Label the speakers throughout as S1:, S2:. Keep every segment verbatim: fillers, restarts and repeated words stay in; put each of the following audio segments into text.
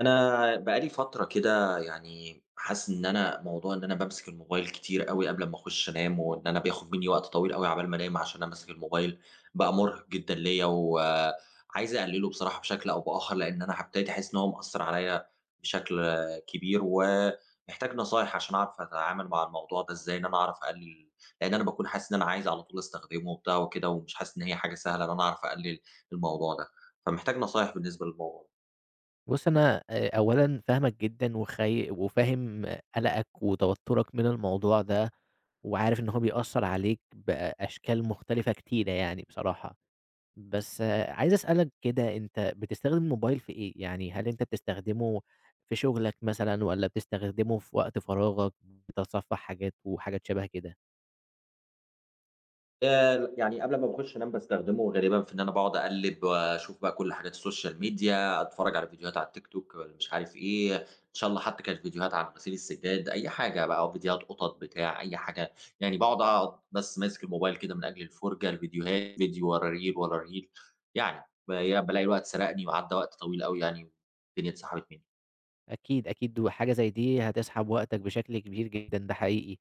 S1: أنا بقى لي فترة كده يعني حاسس إن أنا موضوع إن أنا بامسك الموبايل كتير أوي قبل أمّا أخش أنام، وإن أنا بياخد منّي وقت طويل أوي عقبال ما أنام عشان أمسك الموبايل، بقى مُرهق جدًا ليّا، وعايز أقلله بصراحة بشكل أو بآخر، لإن أنا ابتديت أحس إن هو مأثّر عليّا بشكل كبير، ومحتاج نصايح عشان أعرف أتعامل مع الموضوع ده إزاي، إن أنا أعرف أقلل، لإن أنا باكون حاسس إن أنا عايز على طول أستخدمه وبتاع وكده، ومش حاسس إن هي حاجة سهلة إن أنا أعرف أقلل الموضوع ده، فمحتاج نصايح بالنسبة للموضوع ده.
S2: بُص، أنا آآ أولًا فاهمك جدًا وخاي وفاهم قلقك وتوتُّرك من الموضوع ده، وعارف إن هو بيأثّر عليك بأشكال مختلفة كتيرة يعني بصراحة. بس آه، عايز أسألك كده، أنت بتستخدم الموبايل في إيه؟ يعني هل أنت بتستخدمه في شغلك مثلًا والّا بتستخدمه في وقت فراغك بتتصفح حاجات وحاجات شَبه كده؟
S1: آآ يعني قبل ما باخش أنام باستخدمه غالبًا في إن أنا باقعد أقلِّب وأشوف بقى كل حاجات السوشيال ميديا، أتفرّج على فيديوهات على التيك توك والّا مش عارف إيه، إن شاء الله حتى كانت فيديوهات عن غسيل السجاد، أي حاجة بقى، او فيديوهات قطط بتاع أي حاجة، يعني باقعد أقعد بس ماسك الموبايل كده من أجل الفُرجة، الفيديوهات فيديو ورا ريل، ورا ريل، يعني بالاقي بالاقي الوقت سرقني وعدّى وقت طويل أوي يعني، والدنيا اتسحبت مني.
S2: أكيد، أكيد، وحاجة زي دي هتسحب وقتك بشكل كبير جدًا، ده حقيقي.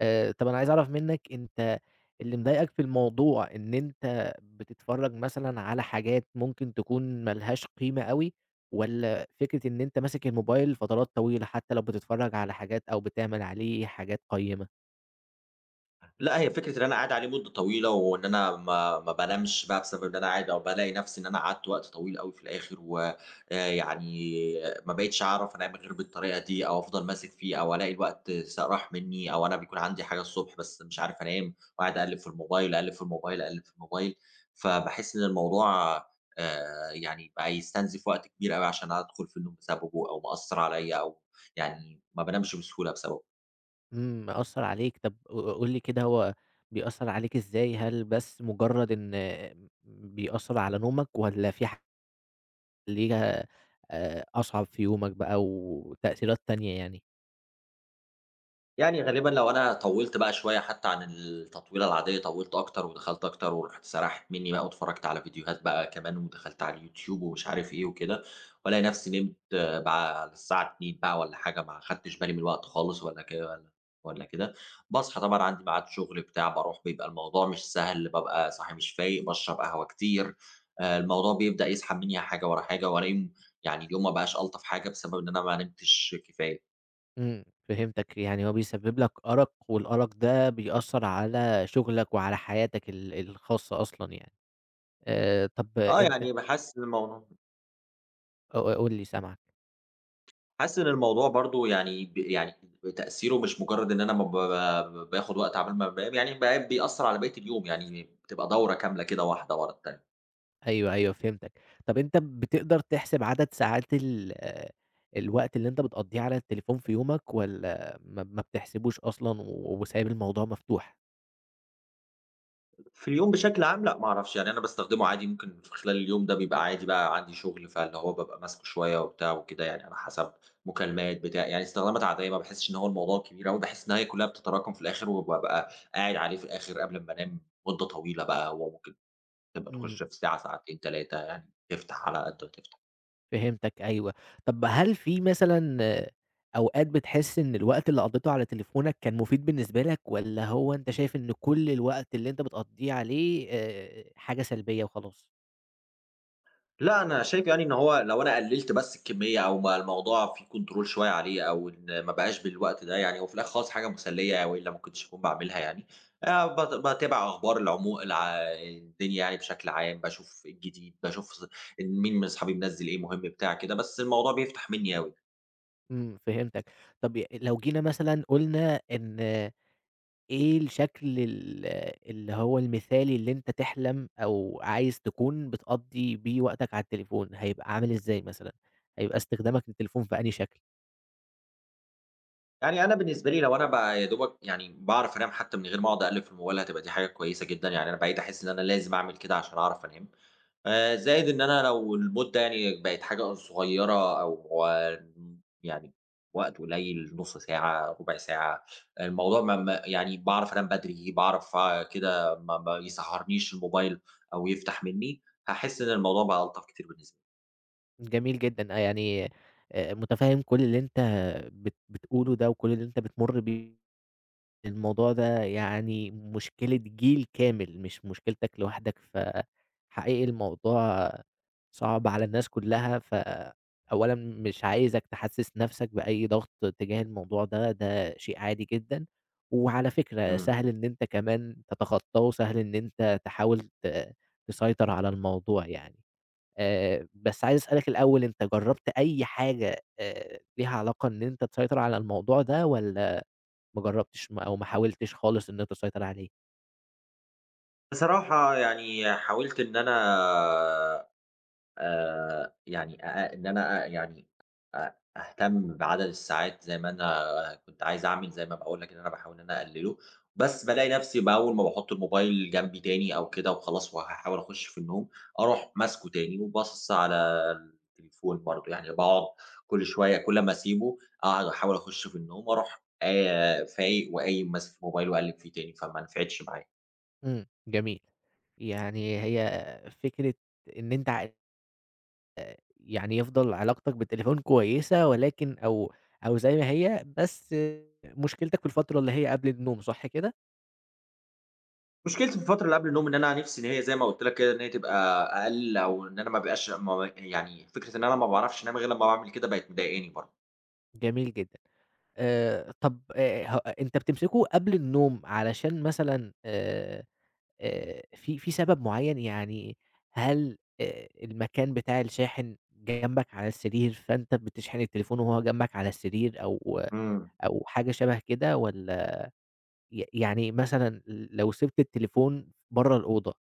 S2: آآ، طب أنا عايز أعرف منّك أنت اللي مضايقك في الموضوع إن أنت بتتفرّج مثلًا على حاجات ممكن تكون ما لهاش قيمة أوي، والّا فكرة إن أنت ماسك الموبايل فترات طويلة حتى لو بتتفرّج على حاجات أو بتعمل عليه حاجات قيّمة؟
S1: لا، هي فكرة إن أنا قاعد عليه مدة طويلة وإن أنا ما ما بانامش بقى بسبب إن أنا قاعد أو بالاقي نفسي إن أنا قعدت وقت طويل أوي في الآخر ويعني ما بقيتش أعرف أنام غير بالطريقة دي أو أفضل ماسك فيه أو ألاقي الوقت س- راح مني أو أنا بيكون عندي حاجة الصبح بس مش عارف أنام وقاعد أقلب في الموبايل أقلب في الموبايل أقلب في الموبايل، فبحس إن الموضوع آه، يعني بقى يستنزف وقت كبير أوي عشان أدخل في النوم بسببه أو مأثر عليا أو يعني ما بنامش بسهولة بسببه.
S2: إمم، مأثّر عليك، طب ق قُل لي كده هو بيأثّر عليك إزاي؟ هل بس مجرّد إن بيأثّر على نومك والّا في ح تخلّيها آآ أصعب في يومك بقى وتأثيرات تانية يعني.
S1: يعني غالبًا لو أنا طوّلت بقى شوية حتى عن التطويلة العادية، طوّلت أكتر ودخلت أكتر ورُحت سرحت منّي بقى واتفرّجت على فيديوهات بقى كمان ودخلت على اليوتيوب ومش عارف إيه وكده، والاقي نفسي نمت آه، بقى على الساعة 02:00 بقى والّا حاجة، ما خدتش بالي من الوقت خالص ولا ك ولا ولا كده. باصحى طبعًا عندي ميعاد شغل بتاع، باروح بيبقى الموضوع مش سهل، بابقى صاحي مش فايق، باشرب قهوة كتير، آآ الموضوع بيبدأ يسحب منّي حاجة ورا حاجة وأنام، يعني اليوم ما بقاش ألطف حاجة بسبب إن أنا ما نمتش كفاية.
S2: إمم، فهمتك، يعني هو بيسبب لك أرق والأرق ده بيأثّر على شغلك وعلى حياتك ال الخاصة أصلًا يعني. آآ طب
S1: آه،
S2: أنت
S1: يعني بابقى حاسس إن الموضوع،
S2: ق قُل لي سامعك،
S1: حاسس إن الموضوع برضه يعني ب يعني تأثيره مش مجرد إن أنا ما ب ب باخد وقت عقبال ما بانام، يعني ب بيأثّر على بقية اليوم، يعني بتبقى دورة كاملة كده واحدة ورا التانية.
S2: أيوه، أيوه فهمتك. طب أنت بتقدر تحسب عدد ساعات ال آه، الوقت اللي أنت بتقضّيه على التليفون في يومك والّا ما ما بتحسبوش أصلًا و وسايب الموضوع مفتوح؟
S1: في اليوم بشكل عام لأ، ما أعرفش، يعني أنا باستخدمه عادي ممكن في خلال اليوم ده بيبقى عادي بقى عندي شغل، فاللي هو بابقى ماسكه شوية وبتاع وكده يعني على حسب مكالمات بتاع، يعني استخدامات عادية ما باحسش إن هو الموضوع كبير أوي، باحس إن هي كلّها بتتراكم في الآخر وبابقى قاعد عليه في الآخر قبل ما أنام مدة طويلة بقى، وممكن تبقى
S2: إمم.
S1: تخش في ساعة، ساعتين، تلاتة، يعني تفتح على قد ما تفتح.
S2: فهمتك أيوه. طب هل في مثلًا آه، أوقات بتحس إن الوقت اللي قضّيته على تليفونك كان مفيد بالنسبة لك والّا هو أنت شايف إن كل الوقت اللي أنت بتقضّيه عليه آآ حاجة سلبية وخلاص؟
S1: لأ، أنا شايف يعني إن هو لو أنا قلّلت بس الكمية أو بقى الموضوع فيه control شوية عليه أو إن ما بقاش بالوقت ده يعني، وفي الآخر خالص حاجة مسلية وإلا ما كنتش أكون باعملها يعني. آآ بات باتابع أخبار العمو الع الدنيا يعني بشكل عام، باشوف إيه الجديد، باشوف ص مين من صحابي منزّل إيه مهم بتاع كده، بس الموضوع بيفتح منّي أوي.
S2: إمم، فهمتك. طب ي لو جينا مثلًا قُلنا إن آه، إيه الشكل ال آه، اللي هو المثالي اللي أنت تحلم أو عايز تكون بتقضّي بيه وقتك على التليفون، هيبقى عامل إزاي مثلًا؟ هيبقى استخدامك للتليفون في أنهي شكل؟
S1: يعني أنا بالنسبة لي لو أنا ب يا دوبك يعني باعرف أنام حتى من غير ما أقعد أقلّب في الموبايل هتبقى دي حاجة كويسة جدًا، يعني أنا بقيت أحس إن أنا لازم أعمل كده عشان أعرف أنام. آآ زائد إن أنا لو المدة يعني بقت حاجة صغيرة أو آه، يعني وقت قليل، نُص ساعة، ربع ساعة، الموضوع ما ما يعني باعرف أنام بدري، باعرف كده ما ما يسهّرنيش الموبايل أو يفتح منّي، هاحس إن الموضوع بقى ألطف كتير بالنسبة لي.
S2: جميل جدًا، آه، يعني آآ مُتفهِّم كل اللي أنت بت بتقوله ده وكل اللي أنت بتمُر بيه، الموضوع ده يعني مشكلة جيل كامل مش مشكلتك لوحدك، فحقيقي الموضوع صعب على الناس كلّها، فأولًا مش عايزك تحسِّس نَفْسك بأي ضغط تجاه الموضوع ده، ده شيء عادي جدًا، وعلى فكرة
S1: إمم.
S2: سهل إن أنت كمان تتخطّاه وسهل إن أنت تحاول ت تسيطر على الموضوع يعني. آآ، بس عايز أسألك الأول أنت جرّبت أي حاجة آآ، ليها علاقة إن أنت تسيطر على الموضوع ده والّا ما جرّبتش م أو ما حاولتش خالص إن أنت تسيطر عليه؟
S1: بصراحة يعني حاولت إن أنا آآ يعني أ إن أنا أ يعني أ أهتم بعدد الساعات زي ما أنا كنت عايز أعمل زي ما باقول لك إن أنا باحاول إن أنا أقلله، بس بالاقي نفسي بأول ما باحط الموبايل جنبي تاني أو كده وخلاص وهاحاول أخش في النوم، أروح ماسكه تاني وباصص على التليفون برضه، يعني باقعد كل شوية كل أمّا أسيبه أقعد أحاول أخش في النوم، وأروح آآ فايق وقايم ماسك الموبايل وأقلب فيه تاني، فما نفعتش معايا.
S2: إمم، جميل. يعني هي فكرة إن أنت ع آه، يعني يفضل علاقتك بالتليفون كويسة ولكن أو أو زي ما هي، بس آه، مشكلتك في الفترة اللي هي قبل النوم، صح كده؟
S1: مشكلتي في الفترة اللي قبل النوم إن أنا نِفْسي إن هي زي ما قُلت لك كده إن هي تبقى أقل أو إن أنا ما أبقاش ما يعني فكرة إن أنا ما باعرفش أنام غير لمّا باعمل كده بقت مضايقاني برضه.
S2: جميل جدًا. آآ، طب آآ، ه أنت بتمسكه قبل النوم علشان مثلًا آآ آآ في في سبب معيّن؟ يعني هل آآ المكان بتاع الشاحن جنبك على السرير، فأنت بتشحن التليفون وهو جنبك على السرير أو
S1: إمم،
S2: أو حاجة شَبه كده والّا ي يعني مثلًا لو سِبت التليفون برّه الأوضة،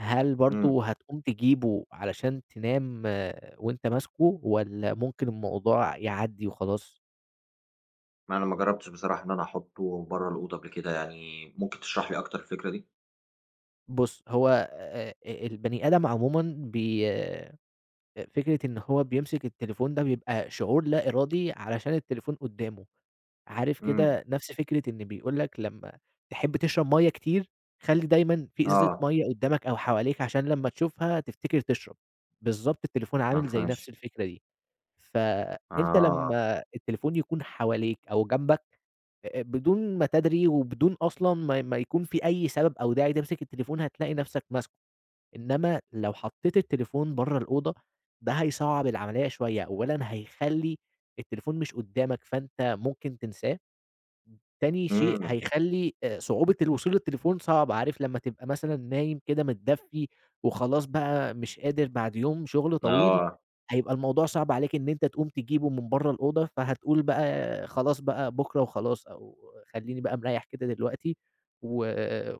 S2: هل
S1: إمم.
S2: برضه هتقوم تجيبه علشان تنام آه، وأنت ماسكه والّا ممكن الموضوع يعدّي وخلاص؟
S1: ما أنا ما جرّبتش بصراحة إن أنا أحُطّه برّه الأوضة قبل كده، يعني ممكن تشرح لي أكتر الفكرة دي؟
S2: بُص، هو آآ البني آدم عمومًا بي آآ فكرة إن هو بيمسك التليفون ده بيبقى شعور لا إرادي علشان التليفون قدّامه، عارف
S1: إمم،
S2: كده نفس فكرة إن بيقول لك لمّا تحب تشرب مَيّة كتير، خلّي دايمًا في إزازة
S1: آه،
S2: مَيّة قدّامك أو حواليك عشان لمّا تشوفها تفتكر تشرب، بالضبط التليفون عامل زي نفس
S1: مفهومش.
S2: الفكرة دي، فأنت
S1: آه،
S2: لمّا التليفون يكون حواليك أو جنبك آآ بدون ما تدري وبدون أصلًا ما ما يكون في أي سبب أو داعي تمسك التليفون هتلاقي نفسك ماسكه. إنما لو حطيت التليفون برّه الأوضة، ده هيصعّب العملية شوية، أولًا هيخلّي التليفون مش قدّامك، فأنت ممكن تنساه. تاني شيء
S1: إمم،
S2: هيخلّي آآ صعوبة الوصول للتليفون صعب، عارف لمّا تبقى مثلًا نايم كده متدفّي وخلاص بقى مش قادر بعد يوم شغل طويل،
S1: آه،
S2: هيبقى الموضوع صعب عليك إن أنت تقوم تجيبه من برّه الأوضة، فهتقول بقى خلاص بقى بُكرة وخلاص أو خلّيني بقى مريّح كده دلوقتي و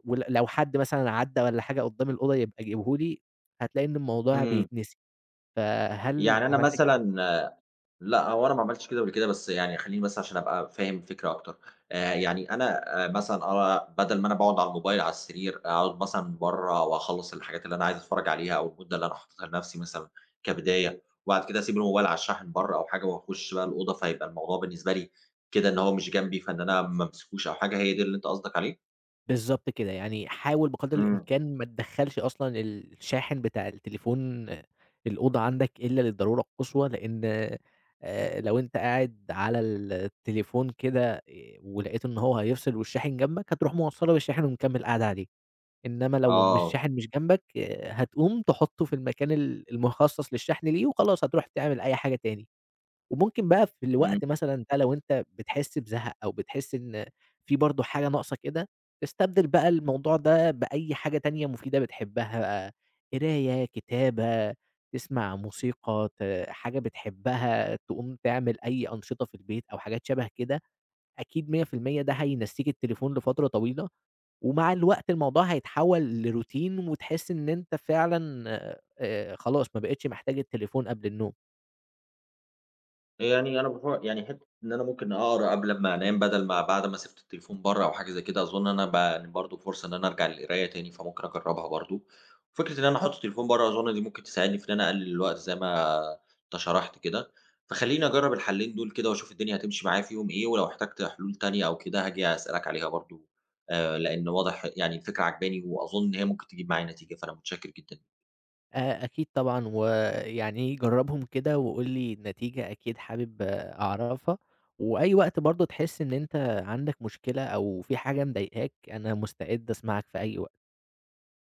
S2: ول لو حد مثلًا عدّى والّا حاجة قُدّام الأوضة يبقى جيبه لي، هتلاقي إن الموضوع
S1: إمم.
S2: بيتنسي، فهل
S1: يعني أنا
S2: عملت
S1: مثلًا لأ، هو أنا ما عملتش كده قبل كده، بس يعني خلّيني بس عشان أبقى فاهم الفكرة أكتر. آآ يعني أنا آآ مثلًا آه، بدل ما أنا باقعد على الموبايل على السرير، أقعد مثلًا برّه وأخلّص الحاجات اللي أنا عايز أتفرّج عليها أو المدة اللي أنا حاططها لنفسي مثلًا كبداية، وبعد كده أسيب الموبايل على الشاحن برّه أو حاجة وأخُش بقى الأوضة، فيبقى الموضوع بالنسبة لي كده إن هو مش جنبي، فإن أنا ما أمسكوش أو حاجة، هي دي اللي أنت قصدك عليه؟
S2: بالضبط كده، يعني حاول بقدر
S1: إمم.
S2: الإمكان ما تدخّلش أصلًا الشاحن بتاع التليفون الأوضة عندك إلا للضرورة القصوى، لإن آآ لو أنت قاعد على التليفون كده آآ ولقيت إن هو هيفصل والشاحن جنبك، هتروح موصّله بالشاحن ومكمّل قاعد عليه، إنّما لو مش
S1: آه،
S2: الشاحن مش جنبك آآ هتقوم تحطّه في المكان ال المخصص للشحن ليه وخلاص هتروح تعمل أي حاجة تاني. وممكن بقى في
S1: إمم.
S2: الوقت مثلًا ده لو أنت بتحس بزهق أو بتحس إن في برضه حاجة ناقصة كده، تستبدل بقى الموضوع ده بأي حاجة تانية مفيدة بتحبها، بقى، قراية، كتابة، تسمع موسيقى، ت حاجة بتحبها، تقوم تعمل أي أنشطة في البيت أو حاجات شبه كده، أكيد مية في المية ده هينسيك التليفون لفترة طويلة، ومع الوقت الموضوع هيتحول لروتين وتحس إن أنت فعلًا آآ خلاص ما بقيتش محتاج التليفون قبل النوم.
S1: يعني أنا باح يعني حتّة إن أنا ممكن أقرا قبل ما أنام بدل ما بعد ما سِبت التليفون برّه أو حاجة زي كده، أظُن أنا ب يعني برضه فرصة إن أنا أرجع للقراية تاني، فممكن أجرّبها برضه. فكرة إن أنا أحُط التليفون برّه أظُن دي ممكن تساعدني في إن أنا أقلل الوقت زي ما أنت شرحت كده، فخلّيني أجرّب الحلّين دول كده وأشوف الدنيا هتمشي معايا فيهم إيه، ولو احتجت حلول تانية أو كده هاجي أسألك عليها برضه، آآ لإن واضح يعني الفكرة عاجباني وأظُن إن هي ممكن تجيب معايا نتيجة، فأنا متشكّر جدًا.
S2: آآ أكيد طبعًا، ويعني جرّبهم كده وقُل لي النتيجة أكيد حابب آه، أعرفها، وأي وقت برضه تحس إن أنت عندك مشكلة أو في حاجة مضايقاك، أنا مستعد أسمعك في أي وقت.